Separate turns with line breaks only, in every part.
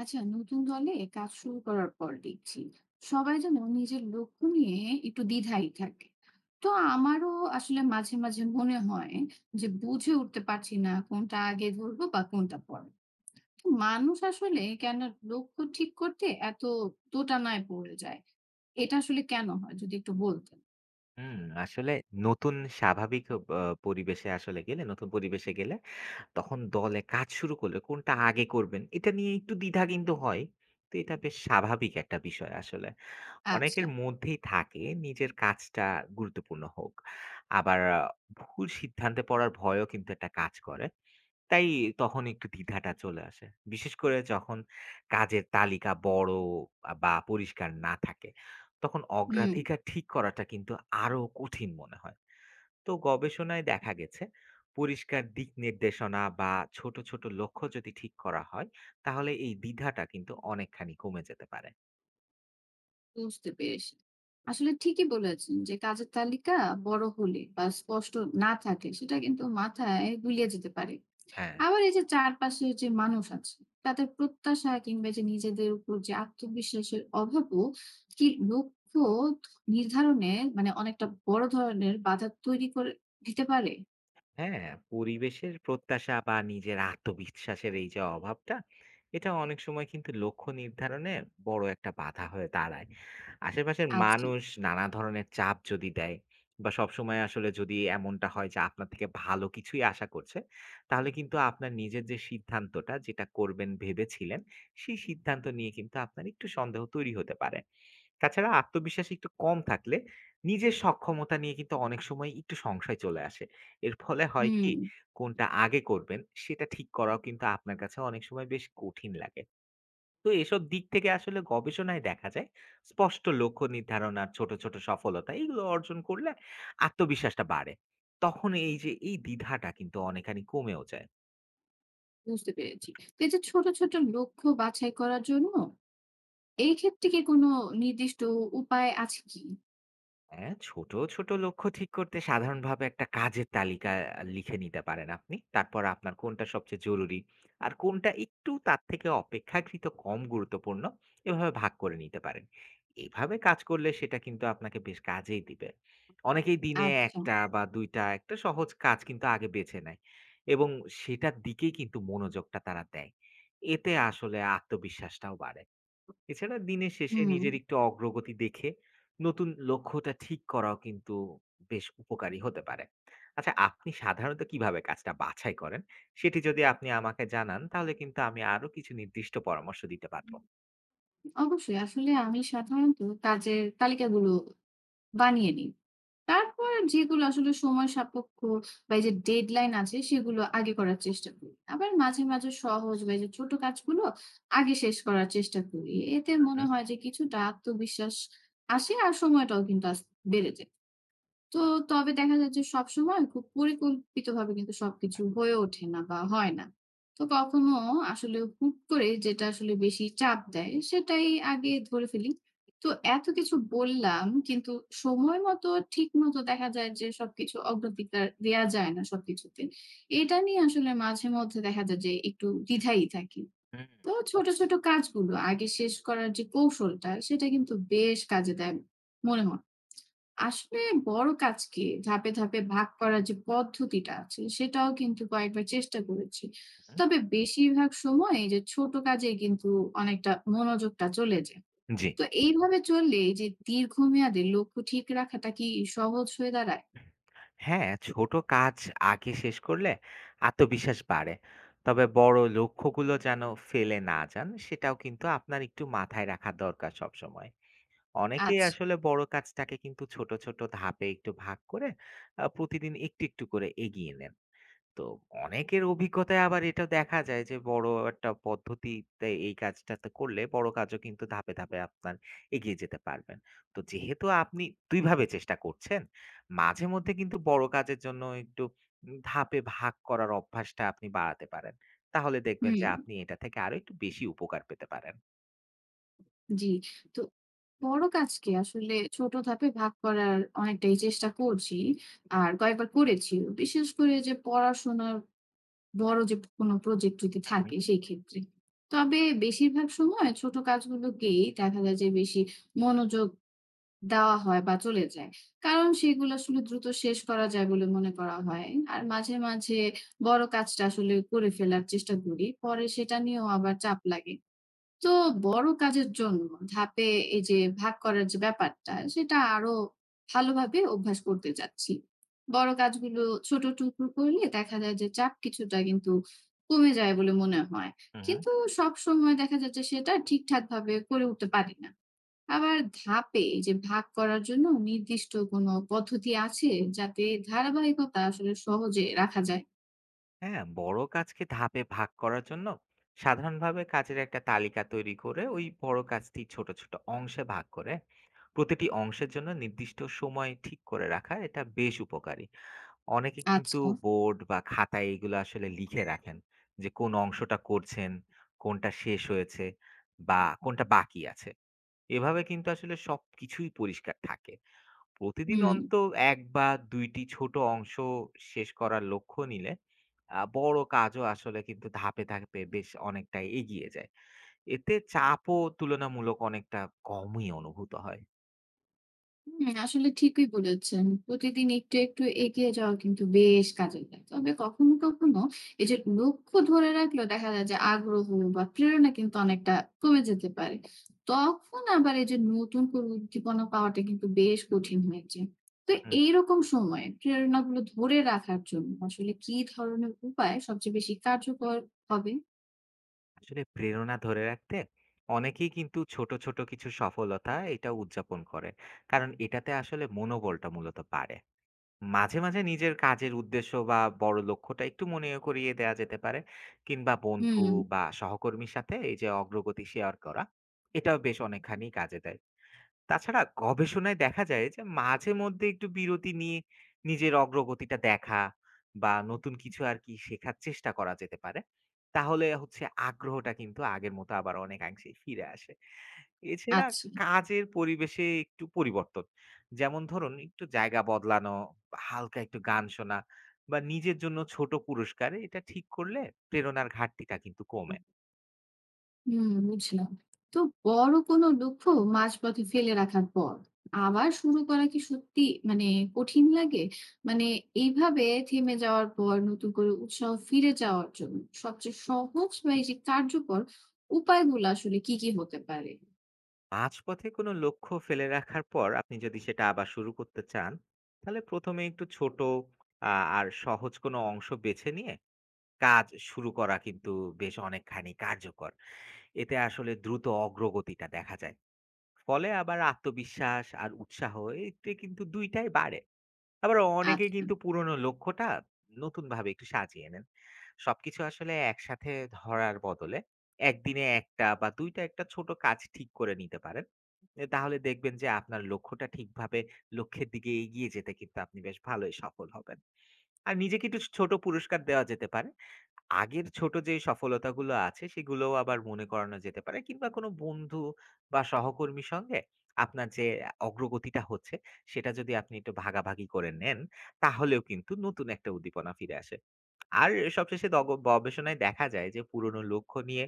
আচ্ছা, নতুন দলে কাজ শুরু করার পর দেখছি সবাই যেন নিজের লক্ষ্য নিয়ে একটু দ্বিধায় থাকে। তো আমারও আসলে মাঝে মাঝে মনে হয় যে বুঝে উঠতে পারছি না কোনটা আগে ধরবো বা কোনটা পরে। তো মানুষ আসলে কেন লক্ষ্য ঠিক করতে এত দোটানায় পড়ে যায়, এটা আসলে কেন হয় যদি একটু বলতেন?
হুম, আসলে নতুন স্বাভাবিক অ আ পরিবেশে আসলে গেলে, নতুন পরিবেশে গেলে, তখন দলে কাজ শুরু করলে কোনটা আগে করবেন, এটা নিয়ে একটু দ্বিধা কিন্তু হয়। তো এটা বেশ স্বাভাবিক একটা বিষয় আসলে।
আচ্ছা।
অনেকের মধ্যেই থাকে নিজের কাজটা গুরুত্বপূর্ণ হোক। আবার ভুল সিদ্ধান্তে পড়ার ভয়ও কিন্তু একটা কাজ করে। তাই তখন একটু দ্বিধাটা চলে আসে। বিশেষ করে যখন কাজের তালিকা বড় বা পরিষ্কার না থাকে, তখন
হুম।
অগ্রাধিকার ঠিক করাটা কিন্তু আরো কঠিন মনে হয়। তো গবেষণায় দেখা গেছে পরিষ্কার দিক নির্দেশনা বা ছোট, ছোট লক্ষ্য যদি ঠিক করা হয়, তাহলে এই দ্বিধাটা কিন্তু অনেকখানি কমে যেতে পারে।
বুঝতে পেরেছি। আসলে ঠিকই বলেছেন যে কাজের তালিকা বড় হলে বা স্পষ্ট না থাকে সেটা কিন্তু মাথায় গুলিয়ে যেতে পারে।
হ্যাঁ।
আবার এই যে চারপাশের যে মানুষ আছে তাদের প্রত্যাশা কিংবা যে নিজেদের উপর যে আত্মবিশ্বাসের অভাবও কি লক্ষ্য নির্ধারণে মানে অনেকটা বড় ধরনের বাধা তৈরি করে দিতে পারে?
হ্যাঁ, পরিবেশের প্রত্যাশা বা নিজের আত্মবিশ্বাসের এই যে অভাবটা, এটা অনেক সময় কিন্তু লক্ষ্য নির্ধারণে বড় একটা বাধা হয়ে দাঁড়ায়। আশেপাশের
আচ্ছা।
মানুষ নানা ধরনের চাপ যদি দেয় বা সবসময় আসলে যদি এমনটা হয় যে আপনার থেকে ভালো কিছুই আশা করছে, তাহলে কিন্তু আপনার নিজের যে সিদ্ধান্তটা যেটা করবেন ভেবেছিলেন, সেই সিদ্ধান্ত নিয়ে কিন্তু আপনার একটু সন্দেহ তৈরি হতে পারে। তাছাড়া আত্মবিশ্বাস একটু কম থাকলে নিজের সক্ষমতা নিয়ে কিন্তু অনেক সময় একটু সংশয় চলে আসে। এর ফলে হয়
হুম,
কি, কোনটা আগে করবেন সেটা ঠিক করাও কিন্তু আপনার কাছে অনেক সময় বেশ কঠিন লাগে। তো এসব দিক থেকে আসলে গবেষণায় দেখা যায়, স্পষ্ট লক্ষ্য নির্ধারণ আর ছোট, ছোট সফলতা এগুলো অর্জন করলে আত্মবিশ্বাসটা বাড়ে। তখন এই যে এই দ্বিধাটা কিন্তু অনেকখানি কমেও যায়।
বুঝতে পেরেছি। তো এই যে ছোট, ছোট লক্ষ্য বাছাই করার জন্য এই ক্ষেত্রে কি কোনো নির্দিষ্ট উপায় আছে কি?
হ্যাঁ, ছোট, ছোট লক্ষ্য ঠিক করতে সাধারণভাবে একটা কাজের তালিকা লিখে নিতে পারেন আপনি। তারপর আপনার কোনটা সবচেয়ে জরুরি, আর কোনটা একটু তার থেকে অপেক্ষাকৃত কম গুরুত্বপূর্ণ, এভাবে ভাগ করে নিতে পারেন। এভাবে কাজ করলে সেটা কিন্তু আপনাকে বেশ কাজেই দিবে। অনেকেই দিনে ১
আচ্ছা।
টা বা ২ টা একটা সহজ কাজ কিন্তু আগে বেছে নেয় এবং সেটার দিকেই কিন্তু মনোযোগটা তারা দেয়। এতে আসলে আত্মবিশ্বাসটাও বাড়ে। এছাড়া দিনের শেষে
হুম,
নিজের একটু অগ্রগতি দেখে নতুন লক্ষ্যটা ঠিক করাও কিন্তু বেশ উপকারী হতে পারে। আচ্ছা, আপনি সাধারণত কিভাবে কাজটা বাছাই করেন? সেটি যদি আপনি আমাকে জানান তাহলে কিন্তু আমি আরো কিছু নির্দিষ্ট পরামর্শ দিতে পারব।
অবশ্যই। আসলে আমি সাধারণত কাজের তালিকাগুলো বানিয়ে নিই। তারপর যেগুলো আসলে সময় সাপেক্ষ বা এই যে ডেডলাইন আছে সেগুলো আগে করার চেষ্টা করি। আবার মাঝে, মাঝে সহজ বা এই যে ছোট কাজগুলো আগে শেষ করার চেষ্টা করি। এতে মনে
হুম,
হয় যে কিছুটা আত্মবিশ্বাস আসে আর সময়টাও কিন্তু বেড়ে যায়। তো তবে দেখা যায় যে সবসময় খুব পরিকল্পিতভাবে কিন্তু সবকিছু হয়ে ওঠে না বা হয় না। তো কখনো আসলে হুট করে যেটা আসলে বেশি চাপ দেয় সেটাই আগে ধরে ফেলি। তো এত কিছু বললাম কিন্তু সময় মতো ঠিক মতো দেখা যায় যে সবকিছু অগ্রাধিকার দেয়া যায় না সবকিছুতে। এটা নিয়ে আসলে মাঝে মধ্যে দেখা যায় যে একটু দ্বিধায় থাকি।
হুম,
তো ছোট, ছোট কাজগুলো আগে শেষ করার যে কৌশলটা সেটা কিন্তু বেশ কাজে দেয় মনে হয়। আসলে বড় কাজকে ধাপে ধাপে ভাগ করার যে পদ্ধতিটা আছে সেটাও কিন্তু কয়েকবার চেষ্টা করেছি।
হুম।
তবে বেশিরভাগ সময় এই যে ছোট কাজে কিন্তু অনেকটা মনোযোগটা চলে যায়।
জি।
তো এইভাবে চললে এই যে দীর্ঘমেয়াদে লক্ষ্য ঠিক রাখাটা কি সহজ হয়ে দাঁড়ায়?
হ্যাঁ, ছোট কাজ আগে শেষ করলে আত্মবিশ্বাস বাড়ে। তবে বড় লক্ষ্যগুলো যেন ফেলে না যান সেটাও কিন্তু আপনার একটু মাথায় রাখা দরকার সবসময়। অনেকেই
আচ্ছা।
আসলে বড় কাজটাকে কিন্তু ছোট, ছোট ধাপে একটু ভাগ করে প্রতিদিন একটু, একটু করে এগিয়ে নেন। তো অনেকের অভিজ্ঞতায় আবার এটা দেখা যায় যে বড় একটা পদ্ধতিতে এই কাজটাতে করলে বড় কাজও কিন্তু ধাপে, ধাপে আপনার এগিয়ে যেতে পারবেন। তো যেহেতু আপনি ২ ভাবে চেষ্টা করছেন, মাঝে মধ্যে কিন্তু বড় কাজের জন্য একটু ধাপে ভাগ করার অভ্যাসটা আপনি বাড়াতে পারেন। তাহলে দেখবেন
হুম।
যে আপনি এটা থেকে আরো একটু বেশি উপকার পেতে পারেন।
জি। তো বড় কাজকে আসলে ছোট ধাপে ভাগ করার অনেকটাই চেষ্টা করছি আর কয়েকবার করেছি বিশেষ করে যে পড়াশোনার বড় যে কোনো প্রজেক্ট যদি
হু,
থাকে
হু,
সেই ক্ষেত্রে। তবে বেশিরভাগ সময় ছোট কাজগুলোকেই দেখা যায় যে বেশি মনোযোগ দেওয়া হয় বা চলে যায়। কারণ সেগুলো আসলে দ্রুত শেষ করা যায় বলে মনে করা হয়। আর মাঝে, মাঝে বড় কাজটা আসলে করে ফেলার চেষ্টা করি। পরে সেটা নিয়েও আবার চাপ লাগে। তো বড় কাজের জন্য ধাপে এই যে ভাগ করার যে ব্যাপারটা সেটা আরো ভালোভাবে অভ্যাস করতে চাচ্ছি। বড় কাজগুলো ছোট টুকরো করলে দেখা যায় যে চাপ কিছুটা কিন্তু কমে যায় বলে মনে হয়।
হু, হু।
কিন্তু সব সময় দেখা যাচ্ছে সেটা ঠিকঠাক ভাবে করে উঠতে পারি না। আবার ধাপে এই যে ভাগ করার জন্য নির্দিষ্ট কোনো পদ্ধতি আছে যাতে ধারাবাহিকতা আসলে সহজে রাখা যায়?
হ্যাঁ, বড় কাজকে ধাপে ভাগ করার জন্য সাধারণভাবে কাজের একটা তালিকা তৈরি করে ওই বড় কাজটি ছোট ছোট অংশে ভাগ করে প্রতিটি অংশের জন্য নির্দিষ্ট সময় ঠিক করে রাখা এটা বেশ উপকারী। অনেকে কিন্তু
আচ্ছা।
বোর্ড বা খাতায় এগুলো আসলে লিখে রাখেন, যে কোন অংশটা করছেন, কোনটা শেষ হয়েছে বা কোনটা বাকি আছে। এভাবে কিন্তু আসলে সবকিছুই পরিষ্কার থাকে। প্রতিদিন
হুম।
অন্ত ১ বা ২ টি ছোট অংশ শেষ করার লক্ষ্য নিলে বড় কাজও আসলে কিন্তু ধাপে, ধাপে বেশ অনেকটাই এগিয়ে যায়। এতে চাপও তুলনামূলক অনেকটা কমই অনুভূত হয়।
হুম, আসলে ঠিকই বলেছেন। প্রতিদিন একটু, একটু এগিয়ে যাওয়া কিন্তু বেশ কাজে দেয়। তবে কখনো, কখনো এই যে লক্ষ্য ধরে রাখলেও দেখা যায় যে আগ্রহ বা প্রেরণা কিন্তু অনেকটা কমে যেতে পারে। তখন আবার এই যে নতুন করে উদ্দীপনা পাওয়াটা কিন্তু বেশ কঠিন হয়ে যায়। তো
হুম,
এইরকম সময়ে প্রেরণাগুলো ধরে রাখার জন্য আসলে কি ধরনের উপায় সবচেয়ে বেশি কার্যকর হবে?
আসলে প্রেরণা ধরে রাখতে অনেকেই কিন্তু ছোট, ছোট কিছু সফলতা এটা উদযাপন করে। কারণ এটাতে আসলে মনোবলটা মূলত বাড়ে। মাঝে, মাঝে নিজের কাজের উদ্দেশ্য বা বড় লক্ষ্যটা একটু মনে করিয়ে দেয়া যেতে পারে। কিংবা বন্ধু
হুম,
বা সহকর্মীর সাথে এই যে অগ্রগতি শেয়ার করা, এটাও বেশ অনেকখানি কাজে দেয়। তাছাড়া গবেষণায় দেখা যায় যে মাঝে মধ্যে একটু বিরতি নিয়ে নিজের অগ্রগতিটা দেখা বা নতুন কিছু আর কি শেখার চেষ্টা করা যেতে পারে। তাহলে হচ্ছে আগ্রহটা কিন্তু আগের মতো আবার অনেকাংশেই ফিরে আসে। এছাড়া
আচ্ছা।
কাজের পরিবেশে একটু পরিবর্তন, যেমন ধরুন একটু জায়গা বদলানো বা হালকা একটু গান শোনা বা নিজের জন্য ছোট পুরস্কার এটা ঠিক করলে প্রেরণার ঘাটতিটা কিন্তু কমে।
হুম, বুঝলাম। তো বড় কোনো লক্ষ্য মাঝপথে ফেলে রাখার পর আবার শুরু করা কি সত্যি মানে কঠিন লাগে মানে এইভাবে থেমে যাওয়ার পর নতুন করে উৎসাহ ফিরে যাওয়ার জন্য সবচেয়ে সহজ বা এই যে কার্যকর উপায়গুলো আসলে কি কি হতে পারে?
মাঝপথে কোনো লক্ষ্য ফেলে রাখার পর আপনি যদি সেটা আবার শুরু করতে চান, তাহলে ১ম এ একটু ছোট আ আর সহজ কোনো অংশ বেছে নিয়ে কাজ শুরু করা কিন্তু বেশ অনেকখানি কার্যকর। এতে আসলে দ্রুত অগ্রগতিটা দেখা যায়। ফলে আবার আত্মবিশ্বাস আর উৎসাহ এতে কিন্তু ২ টাই বাড়ে। আবার অনেকেই
আচ্ছা।
কিন্তু পুরনো লক্ষ্যটা নতুনভাবে একটু সাজিয়ে নেন। সবকিছু আসলে একসাথে ধরার বদলে একদিনে ১ টা বা ২ টা একটা ছোট কাজ ঠিক করে নিতে পারেন। তাহলে দেখবেন যে আপনার লক্ষ্যটা ঠিকভাবে লক্ষ্যের দিকে এগিয়ে যেতে কিন্তু আপনি বেশ ভালোই সফল হবেন। আর নিজেকে একটু ছোট পুরস্কার দেওয়া যেতে পারে। আগের ছোট যে সফলতাগুলো আছে সেগুলোও আবার মনে করানো যেতে পারে, কিংবা কোনো বন্ধু বা সহকর্মীর সঙ্গে আপনার যে অগ্রগতিটা হচ্ছে সেটা যদি আপনি একটু ভাগাভাগি করে নেন তাহলেও কিন্তু নতুন একটা উদ্দীপনা ফিরে আসে। আর সবশেষে গবেষণায় দেখা যায় যে পুরনো লক্ষ্য নিয়ে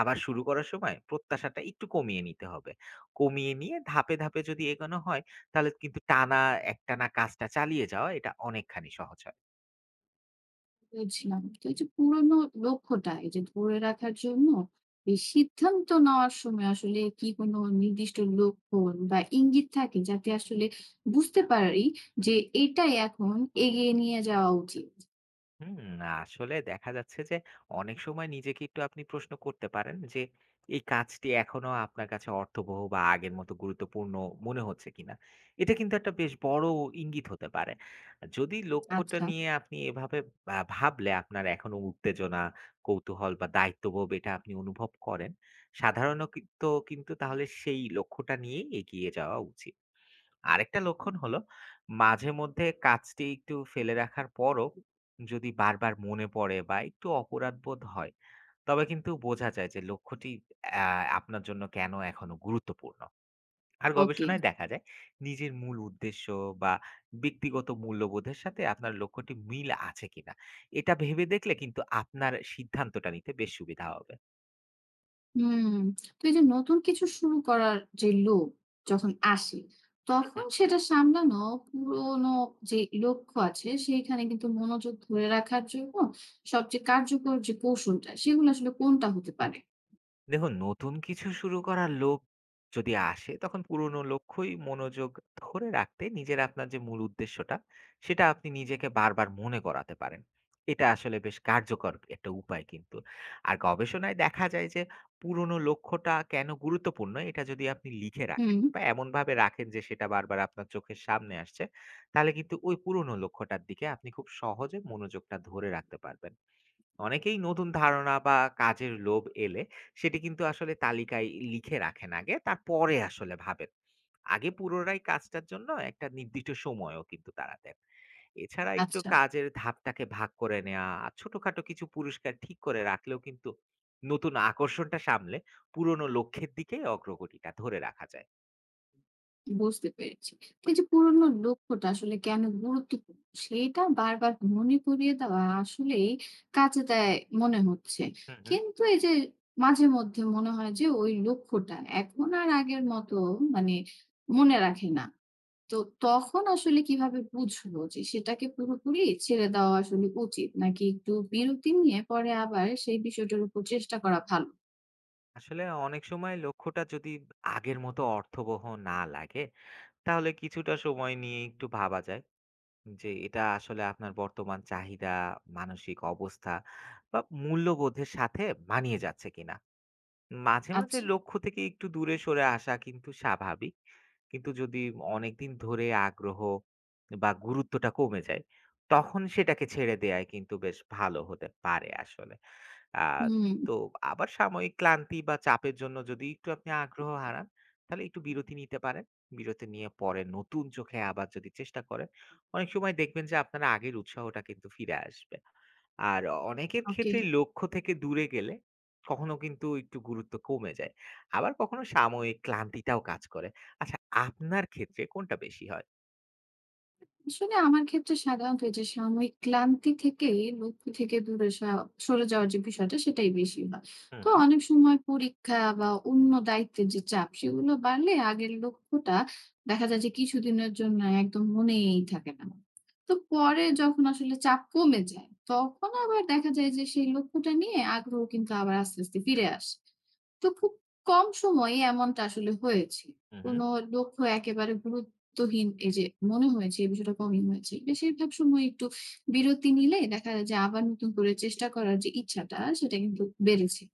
আবার শুরু করার সময় প্রত্যাশাটা একটু কমিয়ে নিতে হবে। কমিয়ে নিয়ে ধাপে, ধাপে যদি এগোনো হয় তাহলে কিন্তু একটানা কাজটা চালিয়ে যাওয়া এটা অনেকখানি সহজ হয়।
বুঝলাম। তো এই যে পুরনো লক্ষ্যটা এই যে ধরে রাখার জন্য এই সিদ্ধান্ত নেওয়ার সময় আসলে কি কোনো নির্দিষ্ট লক্ষণ বা ইঙ্গিত থাকে যাতে আসলে বুঝতে পারি যে এটাই এখন এগিয়ে নিয়ে যাওয়া উচিত?
হুম, আসলে দেখা যাচ্ছে যে অনেক সময় নিজেকে একটু আপনি প্রশ্ন করতে পারেন যে এই কাজটি এখনো আপনার কাছে অর্থবহ বা আগের মতো গুরুত্বপূর্ণ মনে হচ্ছে কিনা। এটা কিন্তু একটা বেশ বড় ইঙ্গিত হতে পারে। যদি লক্ষ্যটা
আচ্ছা,
নিয়ে আপনি এভাবে ভাবলে আপনার এখনো উত্তেজনা, কৌতূহল বা দায়িত্ববোধ এটা আপনি অনুভব করেন সাধারণত, কিন্তু তাহলে সেই লক্ষ্যটা নিয়ে এগিয়ে যাওয়া উচিত। আরেকটা লক্ষণ হলো, মাঝে মধ্যে কাজটি একটু ফেলে রাখার পরও যদি বারবার মনে পড়ে বা একটু অপরাধবোধ হয়, তবে কিন্তু বোঝা যায় যে লক্ষ্যটি আপনার জন্য কেন এখনো গুরুত্বপূর্ণ। আর
ওকে।
গবেষণায় দেখা যায় নিজের মূল উদ্দেশ্য বা ব্যক্তিগত মূল্যবোধের সাথে আপনার লক্ষ্যটি মিল আছে কিনা, এটা ভেবে দেখলে কিন্তু আপনার সিদ্ধান্তটা নিতে বেশ সুবিধা হবে।
হুম। তো এই যে নতুন কিছু শুরু করার যে লোভ যখন আসে, তখন সেটা সামলানো পুরনো যে লক্ষ্য আছে সেইখানে কিন্তু মনোযোগ ধরে রাখার জন্য সবচেয়ে কার্যকর যে কৌশলটা সেগুলো আসলে কোনটা হতে পারে?
দেখুন, নতুন কিছু শুরু করার লোভ যদি আসে, তখন পুরনো লক্ষ্যই মনোযোগ ধরে রাখতে আপনার যে মূল উদ্দেশ্যটা, সেটা আপনি নিজেকে বারবার মনে করাতে পারেন। এটা আসলে বেশ কার্যকর একটা উপায় কিন্তু। আর গবেষণায় দেখা যায় যে পুরনো লক্ষ্যটা কেন গুরুত্বপূর্ণ, এটা যদি আপনি লিখে রাখেন
হুম,
বা এমনভাবে রাখেন যে সেটা বারবার আপনার চোখের সামনে আসছে, তাহলে কিন্তু ওই পুরনো লক্ষ্যটার দিকে আপনি খুব সহজে মনোযোগটা ধরে রাখতে পারবেন। অনেকেই নতুন ধারণা বা কাজের লোভ এলে সেটি কিন্তু আসলে তালিকায় লিখে রাখেন আগে, তারপরে আসলে ভাবেন। আগে পুরোটাই কাজটার জন্য একটা নির্দিষ্ট সময়ও কিন্তু তারা দেন। এছাড়া একটু
আচ্ছা।
কাজের ধাপটাকে ভাগ করে নেওয়া আর ছোটখাটো কিছু পুরস্কার ঠিক করে রাখলেও কিন্তু নতুন আকর্ষণটা সামলে পুরনো লক্ষ্যের দিকে অগ্রগতিটা ধরে রাখা যায়।
বুঝতে পেরেছি। তো এই যে পুরনো লক্ষ্যটা আসলে কেন গুরুত্বপূর্ণ সেটা বারবার মনে করিয়ে দেওয়া আসলেই কাজে দেয় মনে হচ্ছে।
হুম, হুম।
কিন্তু এই যে মাঝে মধ্যে মনে হয় যে ওই লক্ষ্যটা এখন আর আগের মতো মানে মনে রাখে না। তো তখন আসলে কিভাবে বুঝবো যে সেটাকে পুরোপুরি ছেড়ে দেওয়া আসলে উচিত নাকি একটু বিরতি নিয়ে পরে আবার সেই বিষয়টার উপর চেষ্টা করা ভালো?
আসলে অনেক সময় লক্ষ্যটা যদি আগের মতো অর্থবহ না লাগে তাহলে কিছুটা সময় নিয়ে একটু ভাবা যায়। জি, এটা আসলে আপনার বর্তমান চাহিদা, মানসিক অবস্থা বা মূল্যবোধের সাথে মানিয়ে যাচ্ছে কিনা। মাঝে, মাঝে
আচ্ছা,
লক্ষ্য থেকে একটু দূরে সরে আসা কিন্তু স্বাভাবিক। কিন্তু যদি অনেকদিন ধরে আগ্রহ বা গুরুত্বটা কমে যায়, তখন সেটাকে ছেড়ে দেয়াই কিন্তু বেশ ভালো হতে পারে আসলে। আ
হুম,
তো আবার সাময়িক ক্লান্তি বা চাপের জন্য যদি একটু আপনি আগ্রহ হারান, তাহলে একটু বিরতি নিতে পারেন। বিরতি নিয়ে পরে নতুন চোখে আবার যদি চেষ্টা করেন, অনেক সময় দেখবেন যে আপনার আগের উৎসাহটা কিন্তু ফিরে আসবে। আর অনেকের
ওকে।
ক্ষেত্রেই লক্ষ্য থেকে দূরে গেলে কখনো কিন্তু একটু গুরুত্ব কমে যায়। আবার কখনো সাময়িক ক্লান্তিটাও কাজ করে। আচ্ছা, আপনার ক্ষেত্রে কোনটা বেশি হয়?
আসলে আমার ক্ষেত্রে সাধারণত এই যে সাময়িক ক্লান্তি থেকে লক্ষ্য থেকে দূরে সরে যাওয়ার যে বিষয়টা সেটাই বেশি হয়।
হুম,
তো
হুম,
অনেক সময় পরীক্ষা বা অন্য দায়িত্বের যে চাপ সেগুলো বাড়লে আগের লক্ষ্যটা দেখা যায় যে কিছুদিনের জন্য একদম মনেই থাকে না। তো পরে যখন আসলে চাপ কমে যায় তখন আবার দেখা যায় যে সেই লক্ষ্যটা নিয়ে আগ্রহ কিন্তু আবার আস্তে আস্তে ফিরে আসে। তো খুব কম সময়ে এমনটা আসলে হয়েছে।
হুম, হুম।
কোনো লক্ষ্য একেবারে গুরুত্বহীন এই যে মনে হয়েছে এই বিষয়টা কমই হয়েছে। বেশিরভাগ সময় একটু বিরতি নিলে দেখা যায় যে আবার নতুন করে চেষ্টা করার যে ইচ্ছাটা সেটা কিন্তু বেড়েছে।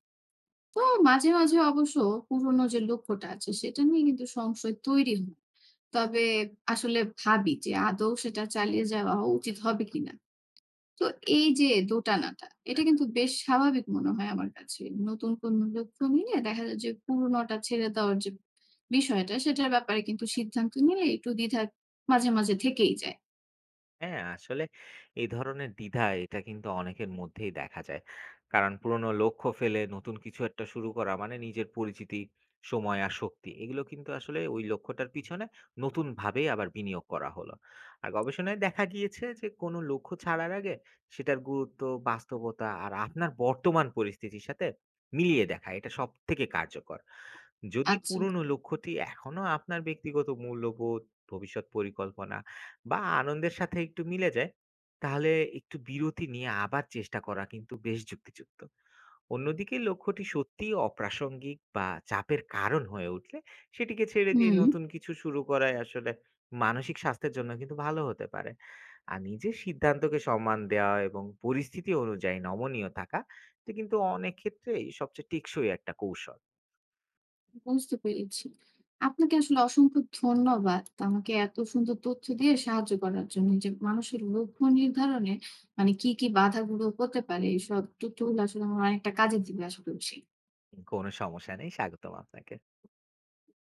তো মাঝে, মাঝে অবশ্য পুরনো যে লক্ষ্যটা আছে সেটা নিয়ে কিন্তু সংশয় তৈরি হয়। তবে আসলে ভাবি যে আদৌ সেটা চালিয়ে যাওয়া উচিত হবে কিনা? তো এই যে দোটানাটা, এটা কিন্তু বেশ স্বাভাবিক মনে হয় আমার কাছে। নতুন কোনো লক্ষ্য নিলে দেখা যায় যে পুরনোটা ছেড়ে দেওয়ার যে বিষয়টা, সেটার ব্যাপারে কিন্তু সিদ্ধান্ত নিলে একটু দ্বিধা মাঝে, মাঝে থেকেই যায়।
হ্যাঁ, আসলে এই ধরনের দ্বিধা এটা কিন্তু অনেকের মধ্যেই দেখা যায়। কারণ পুরনো লক্ষ্য ফেলে নতুন কিছু একটা শুরু করা মানে নিজের পরিচিতি, সময় আর শক্তি এগুলো কিন্তু আসলে ওই লক্ষ্যটার পিছনে নতুনভাবে আবার বিনিয়োগ করা হলো। আর গবেষণায় দেখা গিয়েছে যে কোনো লক্ষ্য ছাড়ার আগে সেটার গুরুত্ব, বাস্তবতা আর আপনার বর্তমান পরিস্থিতির সাথে মিলিয়ে দেখা এটা সবথেকে কার্যকর। যদি
আচ্ছা,
পুরনো লক্ষ্যটি এখনো আপনার ব্যক্তিগত মূল্যবোধ, ভবিষ্যৎ পরিকল্পনা বা আনন্দের সাথে একটু মিলে যায়, তাহলে একটু বিরতি নিয়ে আবার চেষ্টা করা কিন্তু বেশ যুক্তিযুক্ত। অন্যদিকে লক্ষ্যটি সত্যিই অপ্রাসঙ্গিক বা চাপের কারণ হয়ে উঠলে সেটিকে ছেড়ে দিয়ে
হুম,
নতুন কিছু শুরু করাই আসলে মানসিক স্বাস্থ্যের জন্য কিন্তু ভালো হতে পারে। আর নিজের সিদ্ধান্তকে সম্মান দেওয়া এবং পরিস্থিতি অনুযায়ী নমনীয় থাকা এটা কিন্তু অনেক ক্ষেত্রেই সবচেয়ে টেকসই একটা কৌশল।
বুঝতে পেরেছি। আপনাকে আসলে অসংখ্য ধন্যবাদ। আমাকে এত সুন্দর তথ্য দিয়ে সাহায্য করার জন্য। যে মানুষের লক্ষ্য নির্ধারণে মানে কি, কি বাধাগুলো হতে পারে, এসব তথ্যগুলো আসলে আমার অনেকটা কাজে দিবে আশা করছি।
কোনো সমস্যা নেই, স্বাগতম আপনাকে।